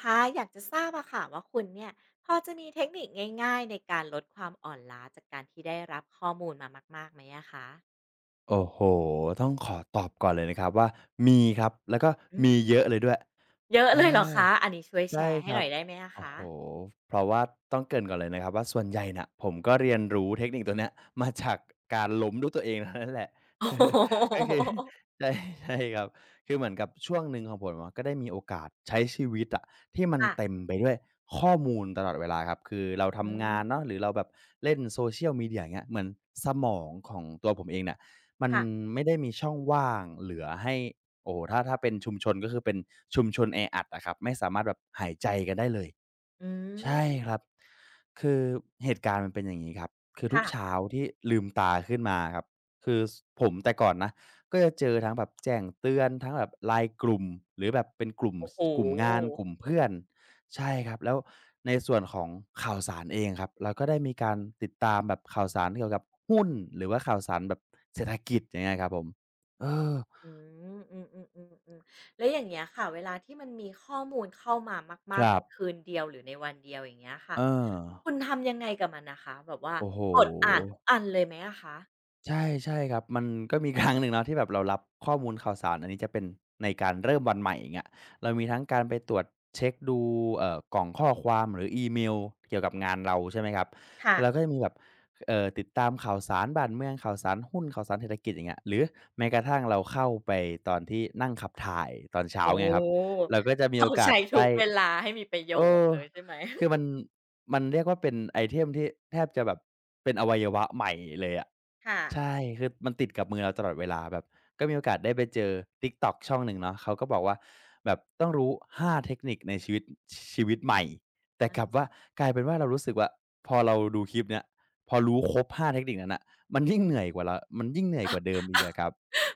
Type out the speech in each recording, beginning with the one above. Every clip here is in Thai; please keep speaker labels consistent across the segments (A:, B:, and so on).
A: ค่ะอยากจะทราบอะค่ะว่าคุณเนี่ยพอจะมีเทคนิคง่ายๆในการลดความอ่อนล้าจากการที่ได้รับข้อมูลมามากๆไหมอะคะ
B: โอ้โฮต้องขอตอบก่อนเลยนะครับว่ามีครับ แล้วก็
A: อื
B: มี
A: ม
B: เยอะเลยด้วย
A: เยอะ
B: เอ
A: เลยเหรอ
B: อ
A: คะอันนี้ช่วยแช
B: ใช่
A: ร์
B: ค
A: ให้ห
B: รั
A: น่
B: บ
A: อยได้ไหมอะ
B: โอ้
A: คะ
B: โฮเพราะว่าต้องเกริ่นก่อนเลยนะครับว่าส่วนใหญ่น่ะผมก็เรียนรู้เทคนิคตัวเนี้ยมาจากการล้มด้วยตัวเองทั้งนั้นแหละ
A: โอ้โ
B: ก็
A: ห
B: คือ ใช่ใช่ครับคือเหมือนกับช่วงหนึ่งของผมอะก็ได้มีโอกาสใช้ชีวิตอะที่มั น
A: ค่ะ
B: เต็มไปด้วยข้อมูลตลอดเวลาครับ คือเรา
A: อื
B: ทำงานเนาะหรือเรา
A: ม
B: แบบเล่น Social Media อย่างเงี้ยเหมือนสมองของตัวผมเองเนี่ยมัน
A: ค่ะ
B: ไม่ได้มีช่องว่างเหลือให้ โอ้โฮถ้าเป็นชุมชนก็คือเป็นชุมชนแออัดอะครับไม่สามารถแบบหายใจกันได้เลย
A: อื
B: ใช่
A: ม
B: ครับคือเหตุการณ์มันเป็นอย่างงี้ครับคือทุก
A: ค่ะ
B: เช้าที่ลืมตาขึ้นมาครับคือผมแต่ก่อนนะก็จะเจอทั้งแบบแจ้งเตือนทั้งแบบ l ล n กลุ่มหรือแบบเป็นกลุ่ม
A: โอ้โห
B: กลุ่มงานกลุ่มเพื่อนใช่ครับแล้วในส่วนของข่าวสารเองครับเราก็ได้มีการติดตามแบบข่าวสารเกี่ยวกับหุ้นหรือว่าข่าวสารแบบเศรษฐกิจอย่างเงี้ยครับผมเออ
A: อืมอืมอืมอืมอืมแล้วอย่างเงี้ยค่ะเวลาที่มันมีข้อมูลเข้ามา
B: ค
A: มากๆ
B: รั
A: ใน
B: บ
A: คืนเดียวหรือในวันเดียวอย่างเงี้ยค่ะ
B: เออ
A: คุณทำยังไงกับมันนะคะแบบว่า
B: โอ้โฮ
A: กดอ่านทุกอันเลยไหมอะคะ
B: ใช่ใช่ครับมันก็มีครั้งหนึ่งเนาะที่แบบเรารับข้อมูลข่าวสารอันนี้จะเป็นในการเริ่มวันใหม่อย่างเงี้ยเรามีทั้งการไปตรวจเช็กดูกล่องข้อความหรืออีเมลเกี่ยวกับงานเราใช่ไหมครับ
A: ค่ะ
B: แล้วเราก็จะมีแบบติดตามข่าวสารบ้านเมืองข่าวสารหุ้นข่าวสารเศรษฐกิจอย่างเงี้ยหรือแม้กระทั่งเราเข้าไปตอนที่นั่งขับถ่ายตอนเช้า
A: โอ้
B: เงี้ยครับเราก็จะมีโอ
A: เรา
B: กาส
A: ใช้ทุ
B: ได้
A: กเวลาให้มีประโย
B: เอ
A: ช
B: อ
A: น์เลยใช่ไหม
B: คือมันเรียกว่าเป็นไอเทมที่แทบจะแบบเป็นอวัยวะใหม่เลยอะ
A: ค่ะ
B: ใช่คือมันติดกับมือเราตลอดเวลาแบบก็มีโอกาสได้ไปเจอ TikTok ช่องหนึ่งเนาะเขาก็บอกว่าแบบต้องรู้5เทคนิคในชีวิตชีวิตใหม่แต่กลับ
A: อา
B: ว่ากลายเป็นว่าเรารู้สึกว่าพอเราดูคลิปเนี้ยพอรู้ครบห้าเทคนิคนั้นน่ะมันยิ่งเหนื่อยกว่าเรามันยิ่งเหนื่อยกว่าเดิมอีกอะครับ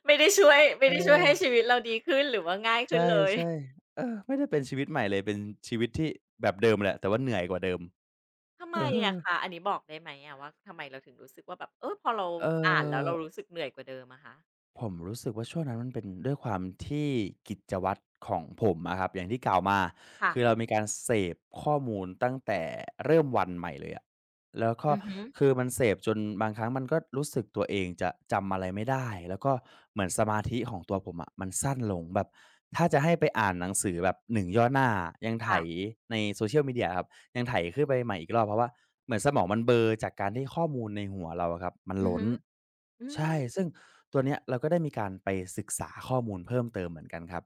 A: ไม่ได้ช่วยไม่
B: เอ
A: ได้ช่วย
B: อ
A: ให้ชีวิตเราดีขึ้นหรือว่าง่าย
B: ใช
A: ขึ้นเลย
B: ่ๆไม่ได้เป็นชีวิตใหม่เลยเป็นชีวิตที่แบบเดิมแหละแต่ว่าเหนื่อยกว่าเดิม
A: ทำไม
B: เออ
A: อะคะอันนี้บอกได้ไหมอะว่าทำไมเราถึงรู้สึกว่าแบบเออพอเรา
B: เอ
A: อ่านแล้ว
B: อ
A: เรารู้สึกเหนื่อยกว่าเดิมอะคะ
B: ผมรู้สึกว่าช่วงนั้นมันเป็นด้วยความที่กิจวัตรของผมอะครับอย่างที่กล่าวมา
A: ค่ะ
B: คือเรามีการเสพข้อมูลตั้งแต่เริ่มวันใหม่เลยอะแล้วก็
A: อือฮึ
B: คือมันเสพจนบางครั้งมันก็รู้สึกตัวเองจะจำอะไรไม่ได้แล้วก็เหมือนสมาธิของตัวผมอะมันสั้นลงแบบถ้าจะให้ไปอ่านหนังสือแบบหนึ่งย่อหน้ายังไถ
A: ค่ะ
B: ใน Social Media ครับยังไถขึ้นไปใหม่อีกรอบเพราะว่าเหมือนสมองมันเบลอจากการที่ข้อมูลในหัวเราอะครับมัน
A: อือ
B: ล้น
A: ฮึอื
B: ใช่
A: ม
B: ซึ่งตัวเนี้ยเราก็ได้มีการไปศึกษาข้อมูลเพิ่มเติมเหมือนกันครับ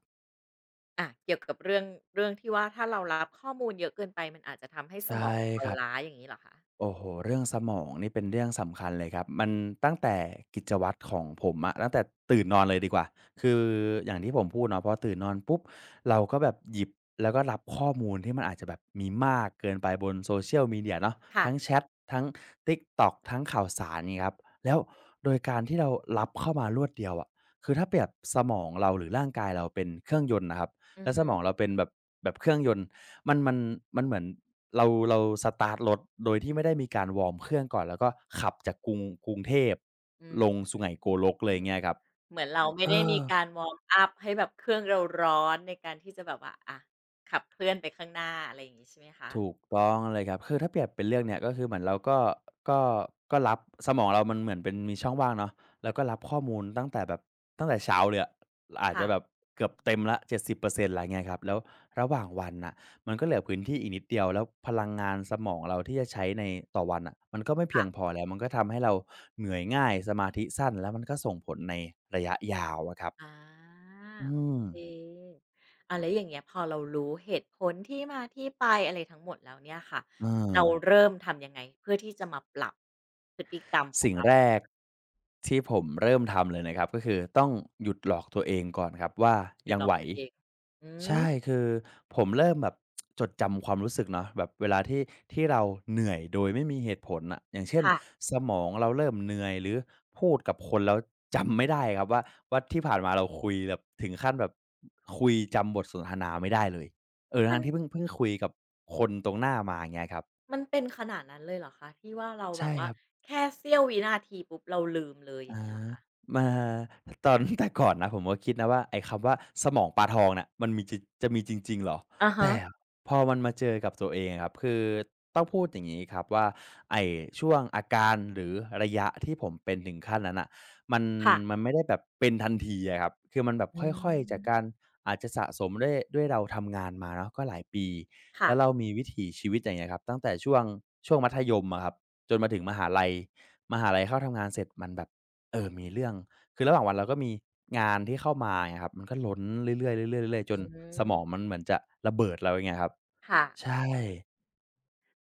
A: อ่าเกี่ยวกับเรื่องเรื่องที่ว่าถ้าเรารับข้อมูลเยอะเกินไปมันอาจจะทำให้ส
B: ใช่
A: มองของ
B: ค
A: เรา
B: รับ
A: ล้าอย่างงี้เหรอคะ
B: โอ้โฮเรื่องสมองนี่เป็นเรื่องสำคัญเลยครับมันตั้งแต่กิจวัตรของผมอะตั้งแต่ตื่นนอนเลยดีกว่าคืออย่างที่ผมพูดเนาะพอตื่นนอนปุ๊บเราก็แบบหยิบแล้วก็รับข้อมูลที่มันอาจจะแบบมีมากเกินไปบน Social Media เนาะ
A: ค่ะ
B: ทั้งแชตทั้ง TikTok ทั้งข่าวสารงี้ครับแล้วโดยการที่เรารับเข้ามารวดเดียวอะคือถ้าเปรียบสมองเราหรือร่างกายเราเป็นเครื่องยนต์น่ะครับ
A: อื
B: แล้
A: อ
B: วส
A: ฮึ
B: มองเราเป็นแบบแบบเครื่องยนต์ มันมันมันเหมือนเราสตาร์ตรถโดยที่ไม่ได้มีการวอร์มเครื่องก่อนแล้วก็ขับจากกรุงเทพ
A: อืม
B: ลงสุไหงโกลก
A: อื
B: เลย
A: ม
B: เงี้ยครับ
A: เหมือนเราไม่
B: เอ
A: ได้มี
B: อ
A: การวอร์มอัพให้แบบเครื่องเราร้อนในการที่จะแบบว่าอะขับเคลื่อนไปข้างหน้าอะไรอย่างงี้ใช่ไหมคะ
B: ถูกต้องเลยครับคือถ้าเปรียบเป็นเรื่องเนี่ยก็คือเหมือนเราก็ก็รับสมองเรามันเหมือนเป็นมีช่องว่างเนาะเราก็รับข้อมูลตั้งแต่แบบตั้งแต่เช้าเลยอะอาจจะ
A: ค่ะ
B: แบบ
A: อื
B: เกือบ
A: ม
B: เต็มแล้ว70%แล้วเปอร์เซ็นต์อะไรเงี้ยครับแล้วระหว่างวันน่ะมันก็เหลือพื้นที่อีกนิดเดียวแล้วพลังงานสมองเราที่จะใช้ในต่อวันน่ะมันก็ไม่เพียงพอ
A: ค่ะ
B: แล้วมันก็ทำให้เราเหนื่อยง่ายสมาธิสั้นแล้วมันก็ส่งผลในระยะยาวอะครับ
A: อา
B: อืม
A: โอเคอ่าแล้วอย่างเงี้ยพอเรารู้เหตุผลที่มาที่ไปอะไรทั้งหมดแล้วเนี่ยค่ะ
B: เออ
A: เราเริ่มทำยังไงเพื่อที่จะมาปรับพฤติกรรมของ
B: สิ่ง
A: เรา
B: แรกที่ผมเริ่มทำเลยนะครับก็คือต้องหยุดหลอกตัวเองก่อนครับว่า
A: หยุด
B: ยัง
A: หลอ
B: ไห
A: ก
B: ว
A: ตัวเองอื
B: ใช่
A: ม
B: คือผมเริ่มแบบจดจำความรู้สึกเนาะแบบเวลาที่เราเหนื่อยโดยไม่มีเหตุผลน่ะอย่างเช่น
A: ค่ะ
B: สมองเราเริ่มเหนื่อยหรือพูดกับคนแล้วจำไม่ได้ครับว่าที่ผ่านมาเราคุยแบบถึงขั้นแบบคุยจำบทสนทนาไม่ได้เลยเออ
A: มั
B: ทั้
A: น
B: งที่เพิ่งคุยกับคนตรงหน้ามาอย่างเงี้ยครับ
A: มันเป็นขนาดนั้นเลยเหรอคะที่ว่าเราแบ
B: ใช่
A: บ
B: ค
A: ว่า
B: รับ
A: แค่เสี้ยววินาทีปุ๊บเราลืมเลยอ
B: อ
A: ย่างงี้เหรอ
B: า
A: คะ
B: มาตอน แต่ก่อนนะผมก็คิดนะว่าไอ้คำว่าสมองปลาทองน่ะมันมีจะมีจริงๆเหรอ
A: อะฮะ
B: แต่พอมันมาเจอกับตัวเองอะครับคือต้องพูดอย่างงี้ครับว่าไอ้ช่วงอาการหรือระยะที่ผมเป็นถึงขั้นนั้นน่ะมัน
A: ค่ะ
B: มันไม่ได้แบบเป็นทันทีอะครับคือมันแบบ
A: อื
B: ค่อยๆจากการ
A: ม
B: อาจจะสะสมด้วยเราทำงานมาเนาะก็หลายปี
A: ค่ะ
B: แล้วเรามีวิถีชีวิตอย่างเงี้ยครับตั้งแต่ช่วงมัธยมอะครับจนมาถึงมหาลัยเข้าทำงานเสร็จมันแบบ เออมีเรื่อง คือระหว่างวันเราก็มีงานที่เข้ามาไงครับมันก็ล้นเรื่อยๆเรื่อยๆเรื่อยๆจน
A: อื
B: สมองมั
A: ม
B: นเหมือนจะระเบิดแล้วอย่างเงี้ยครับ
A: ค่ะอือ
B: ใช่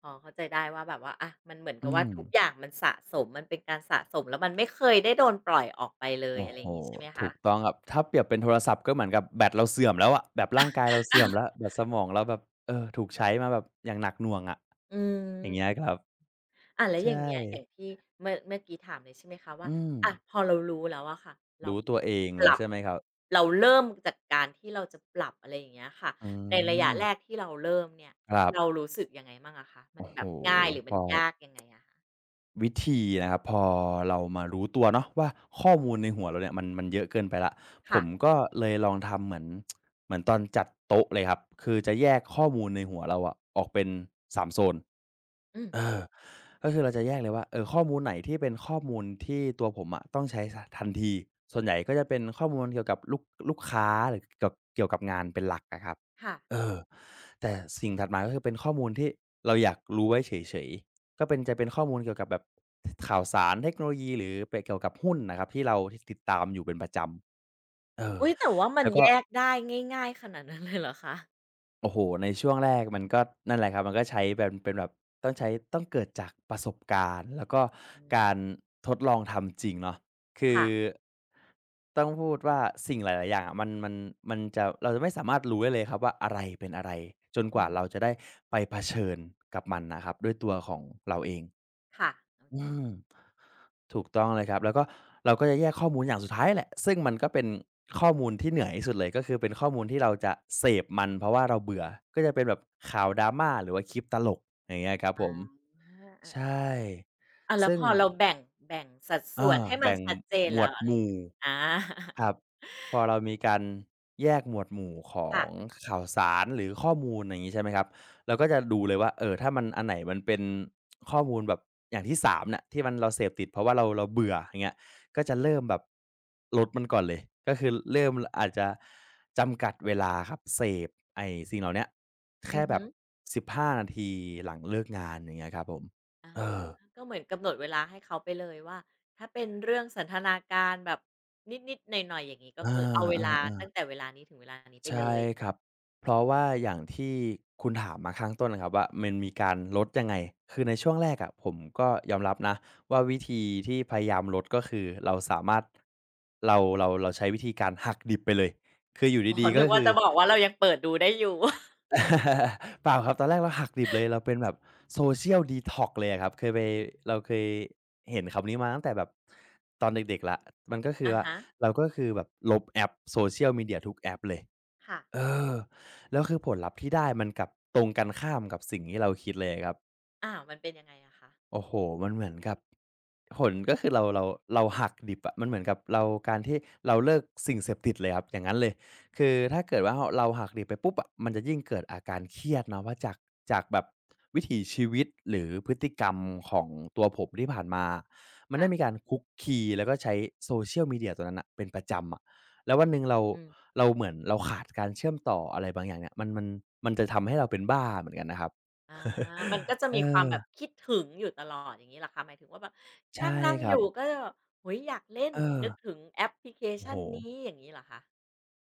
A: พอเข้าใจได้ว่าแบบว่าอะมันเหมือนกั
B: อื
A: บว่า
B: ม
A: ทุกอย่างมันสะสมมันเป็นการสะสมแล้วมันไม่เคยได้โดนปล่อยออกไปเลย
B: โอ้
A: อะไร
B: โฮ
A: อย่างงี้ใช่ไหม
B: ถูก
A: คะ
B: ต้องครับถ้าเปรียบเป็นโทรศัพท์ก็เหมือนกับแบตเราเสื่อมแล้วอะแบบร่างกายเราเสื่อมแล้วแบตสมองเราแบบเออถูกใช้มาแบบอย่างหนักหน่วงอะ
A: อื
B: อย่างเงี้ย
A: ม
B: ครับ
A: อะแล้วอ
B: ใช่
A: ย่างเงี้ยอย่างที่เมื่อกี้ถามเลยใช่ไหมคะว่า
B: อืม
A: อะพอเรารู้แล้วอะค่ะเรา
B: รู้ตัวเอง
A: ป
B: แล้ว
A: รับ
B: ใช่ไหมครับ
A: เราเริ่มจากการที่เราจะปรับอะไรอย่างเงี้ยค่ะ
B: อื
A: ในระยะ
B: ม
A: แรกที่เราเริ่มเนี่ย
B: ครั
A: เรา
B: บ
A: รู้สึกยังไงบ้างอะคะมั
B: โอ้
A: น
B: โฮ
A: แบบง่ายหรือ
B: พ
A: มัน
B: อ
A: ยากยังไงอะคะ
B: วิธีนะครับพอเรามารู้ตัวเนาะว่าข้อมูลในหัวเราเนี่ยมันเยอะเกินไปแล้วผ
A: ค่ะ
B: มก็เลยลองทำเหมือนเหมือนตอนจัดโต๊ะเลยครับคือจะแยกข้อมูลในหัวเราอะออกเป็น3โซน
A: อืม
B: เออก็คือเราจะแยกเลยว่าเออข้อมูลไหนที่เป็นข้อมูลที่ตัวผมอะต้องใช้สทันทีส่วนใหญ่ก็จะเป็นข้อมูลเกี่ยวกับลูกค้าหรือเกี่ยวกับงานเป็นหลักอะครับ
A: ค่ะ
B: เออแต่สิ่งถัดมาก็คือเป็นข้อมูลที่เราอยากรู้ไว้เฉยๆก็เป็นจะเป็นข้อมูลเกี่ยวกับแบบข่าวสารเทคโนโลยีหรือไปเกี่ยวกับหุ้นน่ะครับที่เราที่ติดตามอยู่เป็นประจำเออ
A: อุ๊ยแต่ว่ามั
B: แล้
A: น
B: วก็
A: แยกได้ง่ายๆขนาดนั้นเลยเหรอคะ
B: โอ้โฮในช่วงแรกมันก็นั่นแหละครับมันก็ใช้แบบเป็นแบบต้องใช้ต้องเกิดจากประสบการณ์แล้วก็
A: อื
B: การ
A: ม
B: ทดลองทำจริงเนาะคือ
A: ค่ะ
B: ต้องพูดว่าสิ่งหลายๆอย่างอะมันจะเราจะไม่สามารถรู้ได้เลยครับว่าอะไรเป็นอะไรจนก
A: อื
B: ว่า
A: ม
B: เราจะได้ไปเผชิญกับมันนะครับด้วยตัวของเราเอง
A: ค่ะโอ
B: อื
A: เค
B: มถูกต้องเลยครับแล้วก็เราก็จะแยกข้อมูลอย่างสุดท้ายแหละซึ่งมันก็เป็นข้อมูลที่เหนื่อยที่สุดเลยก็คือเป็นข้อมูลที่เราจะเสพมันเพราะว่าเราเบื่อก็จะเป็นแบบข่าว drama หรือว่าคลิปตลกอย่างเงี้ยครับผ
A: อา
B: ม
A: อา
B: ใช่
A: ๆอาแล้ว
B: ซึ่
A: พ
B: ง
A: อเราแบ่งแบ่งสัด
B: เออ
A: ส่วนให้มัน
B: แบ่ง
A: ชัดเจน
B: หมว
A: แล้ว
B: ด
A: อะ
B: ห
A: ไรอย่าง
B: มู่
A: เงี้ยอา
B: ครับพอเรามีการแยกหมวดหมู่ขอ
A: ค่ะ
B: ง ข่าวสารหรือข้อมูลอย่างงี้ใช่ไหมครับเราก็จะดูเลยว่าเอ่อถ้ามันอันไหนมันเป็นข้อมูลแบบอย่างที่3เนี่ยที่มันเราเสพติดเพราะว่าเราเบื่ออย่างเงี้ยก็จะเริ่มแบบลดมันก่อนเลยก็คือเริ่มอาจจะจำกัดเวลาครับเสพไอ้สิ่งเหล่าเนี้ย
A: อื
B: แค่
A: อ
B: แบ
A: ฮึ
B: บ15 นาทีหลังเลิกงานอย่างเงี้ยครับผม
A: อา
B: เออ
A: ก็เหมือนกำหนดเวลาให้เขาไปเลยว่าถ้าเป็นเรื่องสันทนาการแบบนิดๆหน่อยๆอย่างงี้ก็
B: อา
A: คือเอาเวลา
B: ๆ
A: ตั้งแต่เวลานี้ถึงเวลานี้ไปเล
B: ใช่
A: ย
B: ครับเพราะว่าอย่างที่คุณถามมาข้างต้นนะครับว่ามันมีการลดยังไงคือในช่วงแรกอะผมก็ยอมรับนะว่าวิธีที่พยายามลดก็คือเราสามารถเราใช้วิธีการหักดิบไปเลยคืออยู่
A: อ๋อ
B: ดีๆ
A: นึ
B: ก็
A: กว่า
B: คือ
A: จะบอกว่าเรายังเปิดดูได้อยู่
B: เปล่าครับตอนแรกเราหักดิบเลยเราเป็นแบบ Social Detox เลยอะครับเคยไปเราเคยเห็นคำนี้มาตั้งแต่แบบตอนเด็กๆละมันก็คื อ
A: อะ
B: ว่า
A: ฮะ
B: เราก็คือแบบลบแอปโซเชีย a มีเ d i ยทุกแอปเลย
A: ค่ะ
B: เออแล้วคือผลลัพธ์ที่ได้มันกลับตรงกันข้ามกับสิ่งที่เราคิดเลยครับ
A: อ้าวมันเป็นยังไงอะคะ
B: โอ้โฮมันเหมือนกับผลก็คือเราเราหักดิบอะมันเหมือนกับเราการที่เราเลิกสิ่งเสพติดเลยครับอย่างนั้นเลยคือถ้าเกิดว่าเราหักดิบไปปุ๊บอะมันจะยิ่งเกิดอาการเครียดเนาะว่าจากแบบวิถีชีวิตหรือพฤติกรรมของตัวผมที่ผ่านมามันได้มี
A: ค่ะ
B: การคุกคีแล้วก็ใช้ Social Media ตัวนั้นน่ะเป็นประจำอะแล้ววันหนึ่งเรา
A: อืม
B: เราเหมือนเราขาดการเชื่อมต่ออะไรบางอย่างเนี่ยมันมันจะทำให้เราเป็นบ้าเหมือนกันนะครับ
A: อามันก็จะ
B: เอ
A: มีควา
B: อ
A: มแบบคิดถึงอยู่ตลอดอย่างงี้เหรอคะหมายถึงว่าแบบน
B: ใช่
A: ั่ง
B: ค
A: ๆอ
B: รับ
A: ยู่ก็จะแบบโอ้โฮอยากเล่น
B: เออ
A: นึกถึงแอปพลิเค
B: โอ้โฮ
A: ชันนี้อย่างงี้เหรอคะ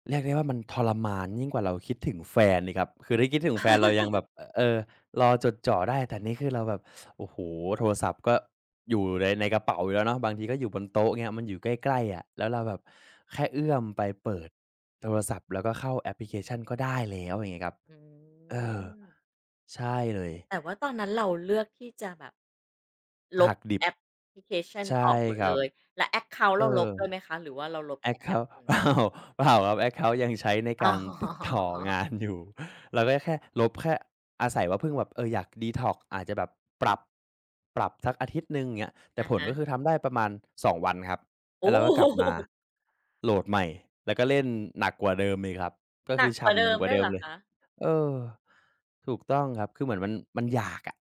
B: เรียกได้ว่ามันทรมานยิ่งกว่าเราคิดถึงแฟนอีกครับคือถ้าคิดถึงแฟนเรายังแบบเออรอจดจ่อได้แต่นี่คือเราแบบโอ้โฮโทรศัพท์ก็อยู่ในกระเป๋าอยู่แล้วเนาะบางทีก็อยู่บนโต๊ะเงี้ยมันอยู่ใกล้ๆอะแล้วเราแบบแค่เอื้อมไปเปิดโทรศัพท์แล้วก็เข้าแอปพลิเคชันก็ได้แล้วอย่างงี้ครับ
A: อื
B: เออ
A: ม
B: ใช่เลย
A: แต่ว่าตอนนั้นเราเลือกที่จะแบบล
B: หั
A: บ
B: กดิบ
A: แอปพลิเคชัน
B: ใช่
A: ออกหมด
B: ครั
A: เล
B: บ
A: ยแล้วแอ็กเคานต์
B: เอ
A: เราลบด้วยไหม
B: อ
A: คะหรือว่าเราลบ
B: แอ็
A: แค่
B: ก
A: แอ
B: เคา
A: ป
B: น์
A: อย่าง
B: เป
A: เดี
B: ล่า
A: ยว
B: เปล่าครับแอ็กเคาน์ยังใช้ใน
A: อ๋อ
B: การ ติดต่องานอยู่ เราก็แค่ลบแค่อาศัยว่าเพิ่งแบบเอออยากดีท็อกซ์อาจจะแบบปรับปรับสักอาทิตย์หนึ่งอย่างเงี้ยแต่
A: อะ
B: ผล
A: ฮะ
B: ก็คือทำได้ประมาณ2วันครับแล้
A: โอ้
B: วเราก็ก
A: โฮ
B: ลับมาโหลดใหม่แล้วก็เล่นหนักกว่าเดิมอีกครับก็
A: ห
B: คื
A: นั
B: อ
A: กกว่าเดิม
B: ฉ่ำกว่า
A: ด้วย
B: เดิม
A: เหรอ
B: เลย
A: คะ
B: เออถูกต้องครับคือเหมือนมันมันอยากอะ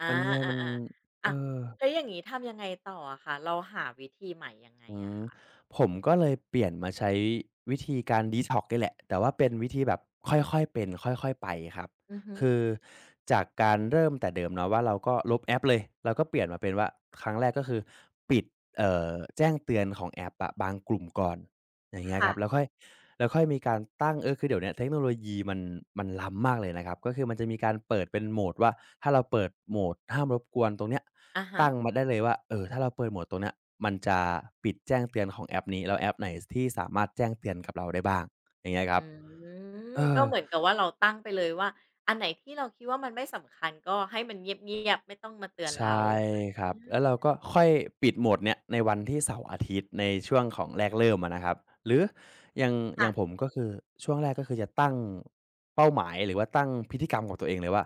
A: อา
B: มันย
A: อา
B: มัน
A: ๆ
B: เอ
A: อ่าว
B: อ
A: แล้วอย่างงี้ทำยังไงต่ออะคะเราหาวิธีใหม่ยังไง
B: อื
A: อะ
B: ม
A: คะ
B: ผมก็เลยเปลี่ยนมาใช้วิธีการ detox นี่แหละแต่ว่าเป็นวิธีแบบค่อยๆเป็นค่อยๆไปครับ
A: อือฮึ
B: คือจากการเริ่มแต่เดิมเนาะว่าเราก็ลบแอปเลยเราก็เปลี่ยนมาเป็นว่าครั้งแรกก็คือปิดเอ่อแจ้งเตือนของแอปอะบางกลุ่มก่อนอย่างเงี้ยค
A: ค่ะ
B: รับแล้วค่อยแล้วค่อยมีการตั้งเออคือเดี๋ยวเนี้ยเทคโนโลยีมันล้ำมากเลยนะครับก็คือมันจะมีการเปิดเป็นโหมดว่าถ้าเราเปิดโหมดห้ามรบกวนตรงเนี้ย
A: อะฮะ
B: ตั้งมาได้เลยว่าเออถ้าเราเปิดโหมดตรงเนี้ยมันจะปิดแจ้งเตือนของแอปนี้แล้วแอปไหนที่สามารถแจ้งเตือนกับเราได้บ้างอย่างเงี้ยค
A: อื
B: รับ
A: ม
B: เอ
A: ก็
B: อ
A: เหมือนกับว่าเราตั้งไปเลยว่าอันไหนที่เราคิดว่ามันไม่สำคัญก็ให้มันเงียบๆไม่ต้องมาเตือน
B: ใช
A: เรา
B: ่ค
A: อ
B: รับแล้วเรา
A: า
B: ก็ค่อยปิดโหมดเนี้ยในวันที่เสาร์อาทิตย์ในช่วงของแรกเริ่มอะนะครับหรืออย่างอ
A: ค่ะ
B: ย่างผมก็คือช่วงแรกก็คือจะตั้งเป้าหมายหรือว่าตั้งพฤติกรรมของตัวเองเลยว่า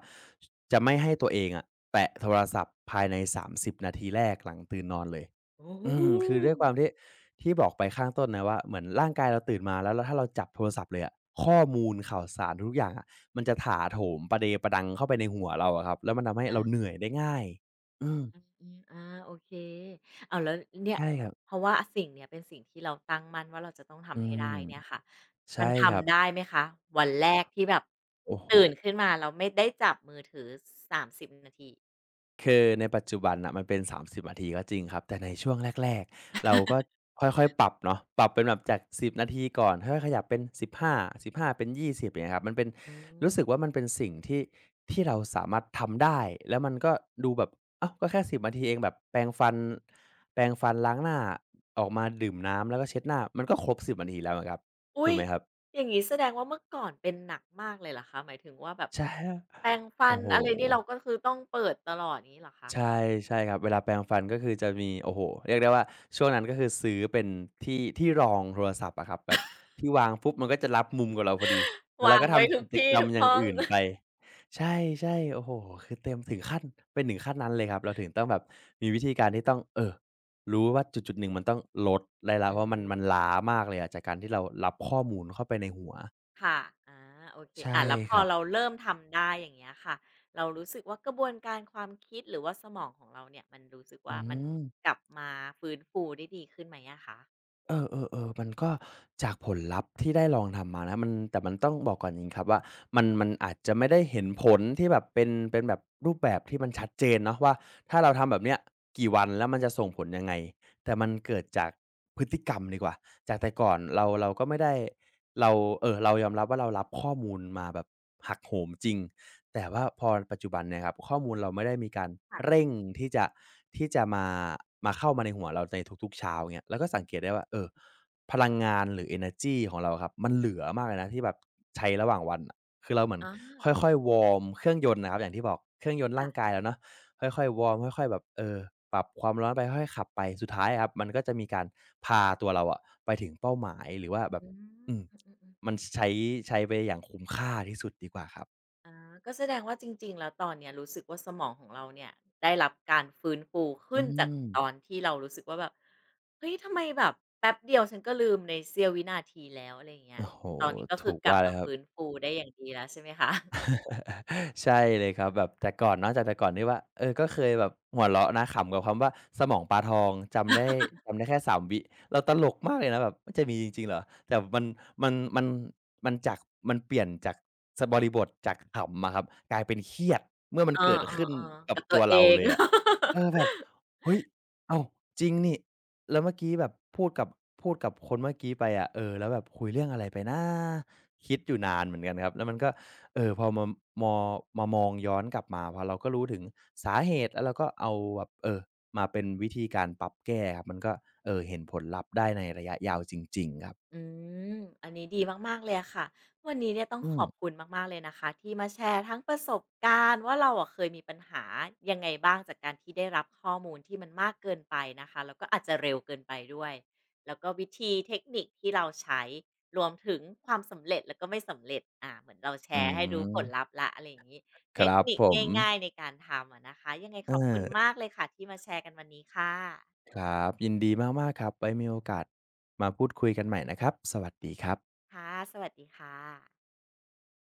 B: จะไม่ให้ตัวเองอะแตะโทรศัพท์ภายใน30 นาทีแรกหลังตื่นนอนเลย
A: โอ้โฮ
B: อืมคือด้วยความที่ที่บอกไปข้างต้นนะว่าเหมือนร่างกายเราตื่นมาแล้วแล้วถ้าเราจับโทรศัพท์เลยอะข้อมูลข่าวสารทุกๆอย่างอะมันจะถาโถมปะเดปะดังเข้าไปในหัวเราอะครับแล้วมันทำให้เราเห
A: อา
B: นื่อยได้ง่ายอืม
A: อืมอาโอเคอ้าวแล้วเนี่ย
B: ใช่ครับ
A: เพราะว่าสิ่งเนี้ยเป็นสิ่งที่เราตั้งมั่นว่าเราจะต้อง
B: อื
A: ทำให้
B: ม
A: ได้เนี่ยค่ะ
B: ใช่
A: มัน
B: ครับ
A: ทำได้ไหมคะวันแรกที่แบบ
B: โอ้โฮ
A: ตื่นขึ้นมาแล้วไม่ได้จับมือถือ3บนาที
B: คือในปัจจุบันน่ะมันเป็น30นาทีก็จริงครับแต่ในช่วงแรกๆเราก็ค่อยๆปรับเนาะปรับเป็นแบบจาก10นาทีก่อนค่อยๆขยับเป็น15้าสิบห้าเป็น20อย่างเงี้ยครับมันเป็น
A: อืม
B: รู้สึกว่ามันเป็นสิ่งที่ที่เราสามารถทำได้แล้วมันก็ดูแบบอ้าวก็แค่สิบนาทีเองแบบแปรงฟันแปรงฟันล้างหน้าออกมาดื่มน้ำแล้วก็เช็ดหน้ามันก็ครบสิบนาทีแล้วอะครับ
A: อุ๊
B: ถูก
A: ย
B: ไหมครับ
A: อย่างงี้แสดงว่าเมื่อก่อนเป็นหนักมากเลยเหรอคะหมายถึงว่าแบบ
B: ใช่
A: แปรงฟั
B: โอ้
A: น
B: โฮ
A: อะไรนี่เราก็คือต้องเปิดตลอดงี้เหรอคะ
B: ใช่ใช่ครับเวลาแปรงฟันก็คือจะมีโอ้โฮเรียกได้ว่าช่วงนั้นก็คือซื้อเป็นที่ที่รองโทรศัพท์อะครับแบบที่วางปุ๊บมันก็จะรับมุมกับเราพอดีแล้วเรา
A: วาง
B: ก็
A: ไว้
B: ทำ
A: ทุ
B: กิ
A: ก
B: จ
A: ที่
B: กรรม
A: ทุก
B: อย่าง
A: ห้อง
B: อื่นไปใช่ๆโอ้โฮคือเต็มถึงขั้นเป็นถึงขั้นนั้นเลยครับเราถึงต้องแบบมีวิธีการที่ต้องรู้ว่าจุดๆหนึ่งมันต้องลดได้แล้ว
A: อื
B: เพราะมัน
A: ม
B: ล้ามากเลยอะจากการที่เรารับข้อมูลเข้าไปในหัว
A: ค่ะอาโอเค
B: ใช่
A: อ่าแล้วพ
B: ค
A: อ
B: รับ
A: เราเริ่มทำได้อย่างเงี้ยค่ะเรารู้สึกว่ากระบวนการความคิดหรือว่าสมองของเราเนี่ยมันรู้สึก
B: อื
A: ว่ามัน
B: ม
A: กลับมาฟื้นฟูได้ดีขึ้นไหมอะคะ
B: เออเออเออมันก็จากผลลัพธ์ที่ได้ลองทำมานะมันแต่มันต้องบอกก่อนจริงครับว่ามันอาจจะไม่ได้เห็นผลที่แบบเป็นแบบรูปแบบที่มันชัดเจนเนาะว่าถ้าเราทำแบบเนี้ยกี่วันแล้วมันจะส่งผลยังไงแต่มันเกิดจากพฤติกรรมดีกว่าจากแต่ก่อนเราก็ไม่ได้เราเออเรายอมรับว่าเรารับข้อมูลมาแบบหักโหมจริง แต่ว่าพอปัจจุบันเนี่ยครับข้อมูลเราไม่ได้มีการเร่งที่จะที่จะมามาเข้ามาในหัวเราในทุกๆเช้าเงี้ยเราก็สังเกตได้ว่าเออพลังงานหรือเอเนอร์จีของเราอะครับมันเหลือมากเลยนะที่แบบใช้ระหว่างวันอะคือเราเหมือน
A: อาอา
B: ค่อยๆวอร์มเครื่องยนต์น่ะครับอย่างที่บอกเครื่องยนต์ร่า
A: ค่ะ
B: งกาย
A: ๆ
B: เราเนาะค่อยๆวอร์มค่อยๆแบบเออปรับความร้อนไปค่อยๆขับไปสุดท้ายอะครับมันก็จะมีการพาตัวเราอะไปถึงเป้าหมายหรือว่าแบบ
A: อืม
B: อืม
A: อือๆ
B: มันใช้ไปอย่างคุ้มค่าที่สุดดีกว่าครับ
A: ๆอาก็แสดงว่าจริงๆแล้วตอนเนี้ยรู้สึกว่าสมองของเราเนี่ยได้รับการฟื้นฟู
B: อื
A: ขึ้นจาก
B: ม
A: ตอนที่เรารู้สึกว่าแบบเฮ้ยทำไมแบบแป๊บเดียวฉันก็ลืมในเสี้ยววินาทีแล้วอะไรอย่างเงี้ย
B: โอ้โฮ
A: ตอนนี้ก็คื
B: ถู
A: อ
B: ก
A: กลั
B: ว่า
A: บ
B: เล
A: มา
B: ยครับ
A: ฟื้นฟูได้อย่างดีแล้วใช่ไหมคะ
B: ใช่เลยครับแบบแต่ก่อนเนาะจากแต่ก่อนที่ว่าเออก็เคยแบบหัวเราะนะขำกับคำว่าสมองปลาทองจำได้จำได้แค่3 วิเราตลกมากเลยนะแบบมันจะมีจริงๆเหรอแต่มันมันมันจากมันเปลี่ยนจากสบริบทจากขำอะครับกลายเป็นเครียดเมื่อมัน
A: เออ
B: เกิดขึ้น
A: ๆ
B: กั
A: ๆ
B: บ
A: กับตั
B: ตั
A: ว
B: ว
A: เอ
B: เรา
A: ง
B: เลย อะ เออแบบเฮ้ยอ้าวจริงนี่แล้วเมื่อกี้แบบพูดกับพูดกับคนเมื่อกี้ไปอะเออแล้วแบบคุยเรื่องอะไรไปนะคิดอยู่นานเหมือนกันครับแล้วมันก็พอมามอมามองย้อนกลับมาพอเราก็รู้ถึงสาเหตุแล้วเราก็เอาแบบมาเป็นวิธีการปรับแก้ครับมันก็เห็นผลลัพธ์ได้ในระยะยาวจริงๆครับ
A: อืมอันนี้ดีมากๆเลยอะค่ะวันนี้เนี่ยต้อง
B: อื
A: ข
B: ม
A: อบคุณมากๆเลยนะคะที่มาแชร์ทั้งประสบการณ์ว่าเราอะเคยมีปัญหายังไงบ้างจากการที่ได้รับข้อมูลที่มันมากเกินไปนะคะแล้วก็อาจจะเร็วเกินไปด้วยแล้วก็วิธีเทคนิคที่เราใช้รวมถึงความสำเร็จแล้วก็ไม่สำเร็จอ่าเหมือนเราแช
B: อื
A: ร์ให้ดู
B: ม
A: ผลลัพธ์แล้วอะไรอย่างงี้
B: ค
A: เทค
B: รับ
A: นิค
B: ผม
A: ง่ายๆในการทำอะนะคะยังไง
B: เอ
A: ขอบคุณ
B: อ
A: มากเลยค่ะที่มาแชร์กันวันนี้ค่ะ
B: ครับยินดีมากๆครับไว้มีโอกาสมาพูดคุยกันใหม่นะครับสวัสดีครับ
A: ค่ะ สวัสดีค่ะ